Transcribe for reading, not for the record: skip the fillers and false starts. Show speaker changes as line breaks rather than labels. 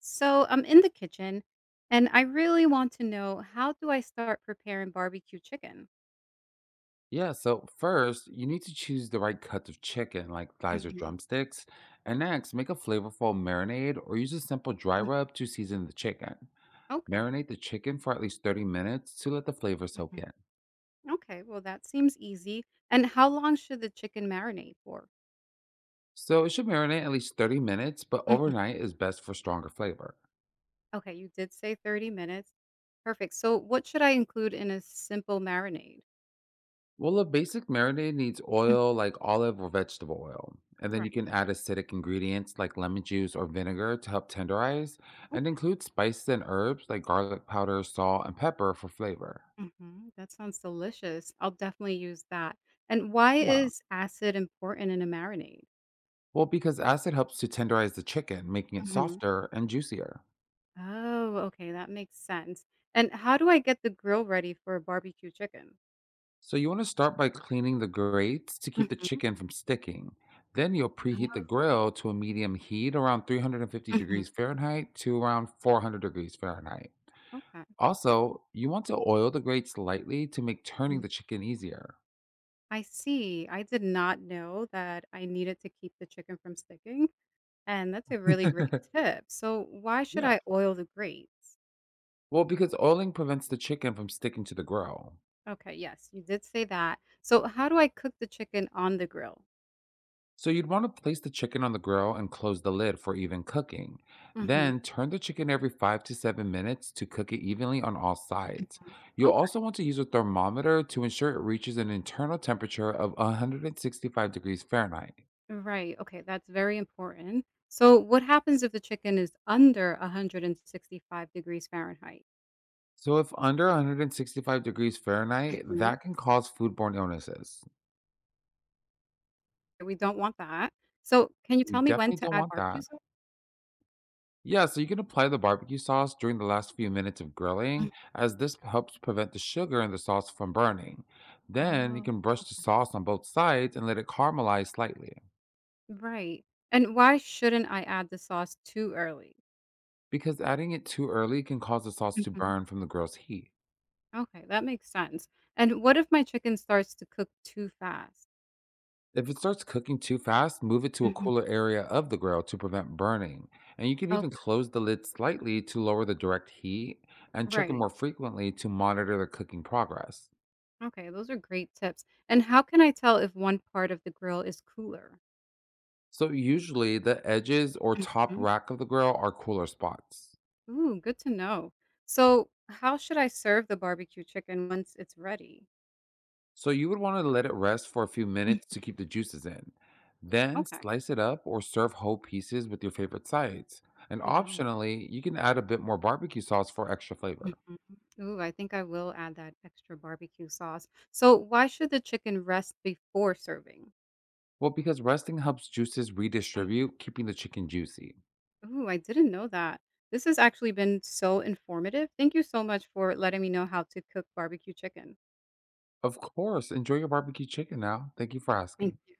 So I'm in the kitchen and I really want to know, how do I start preparing barbecue chicken?
Yeah, so first, you need to choose the right cuts of chicken, like thighs or
Mhm.
drumsticks. And next, make a flavorful marinade or use a simple dry
Mm.
rub to season the chicken.
Okay.
Marinate the chicken for at least 30 minutes to let the flavor soak
Mhm.
in.
Okay, well, that seems easy. And how long should the chicken marinate for?
So it should marinate at least 30 minutes, but
Mhm.
overnight is best for stronger flavor.
Okay, you did say 30 minutes. Perfect. So what should I include in a simple marinade?
Well, a basic marinade needs
Mm.
oil like olive or vegetable oil. And then you
Right.
can add acidic ingredients like lemon juice or vinegar to help tenderize, and
Okay.
include spices and herbs like garlic powder, salt, and pepper for flavor.
That sounds delicious. I'll definitely use that. And why
Yeah.
is acid important in a marinade?
Well, because acid helps to tenderize the chicken, making it softer and juicier.
Oh, okay, that makes sense. And how do I get the grill ready for a barbecue chicken?
So you want to start by cleaning the grates to keep the
Mhm.
chicken from sticking. Then you'll preheat the
Oh.
grill to a medium heat around 350
Mhm.
degrees Fahrenheit to around 400 degrees Fahrenheit.
Okay.
Also, you want to oil the grates lightly to make
Mhm.
turning the chicken easier.
I see. I did not know that I needed to keep the chicken from sticking. And that's a really great tip. So why should
Yeah.
I oil the grates?
Well, because oiling prevents the chicken from sticking to the grill.
Okay, yes, you did say that. So how do I cook the chicken on the grill?
So you'd want to place the chicken on the grill and close the lid for even cooking.
Mhm.
Then turn the chicken every 5 to 7 minutes to cook it evenly on all sides.
Mhm.
You'll
Okay.
also want to use a thermometer to ensure it reaches an internal temperature of 165 degrees Fahrenheit.
Right. Okay, that's very important. So what happens if the chicken is under 165 degrees Fahrenheit?
So if under 165 degrees Fahrenheit, that can cause foodborne illnesses.
We don't want that. So can you
We
tell me when
definitely
to
don't
add
want
barbecue
that.
sauce?
Yeah, so you can apply the barbecue sauce during the last few minutes of
Mhm.
grilling, as this helps prevent the sugar in the sauce from burning. Then you
Oh,
can brush the
okay.
sauce on both sides and let it caramelize slightly,
Right. And why shouldn't I add the sauce too early?
because adding it too early can cause the sauce to
Mhm.
burn from the grill's heat.
Okay, that makes sense. And what if my chicken starts to cook too fast?
If it starts cooking too fast, move it to a
Mhm.
cooler area of the grill to prevent burning. And you can even
Okay.
close the lid slightly to lower the direct heat and check it
Right.
more frequently to monitor the cooking progress.
Okay, those are great tips. And how can I tell if one part of the grill is cooler?
So usually the edges or top
Mhm.
rack of the grill are cooler spots.
Ooh, good to know. So how should I serve the barbecue chicken once it's ready?
So you would want to let it rest for a few
Mm.
minutes to keep the juices in. Then
Okay.
slice it up or serve whole pieces with your favorite sides. And
Yum.
optionally, you can add a bit more barbecue sauce for extra flavor.
Mhm. Ooh, I think I will add that extra barbecue sauce. So why should the chicken rest before serving?
Well, because resting helps juices
Mm.
redistribute, keeping the chicken juicy.
Ooh, I didn't know that. This has actually been so informative. Thank you so much for letting me know how to cook barbecue chicken.
Of course, enjoy your barbecue chicken now. Thank you for
Thank
asking.
you.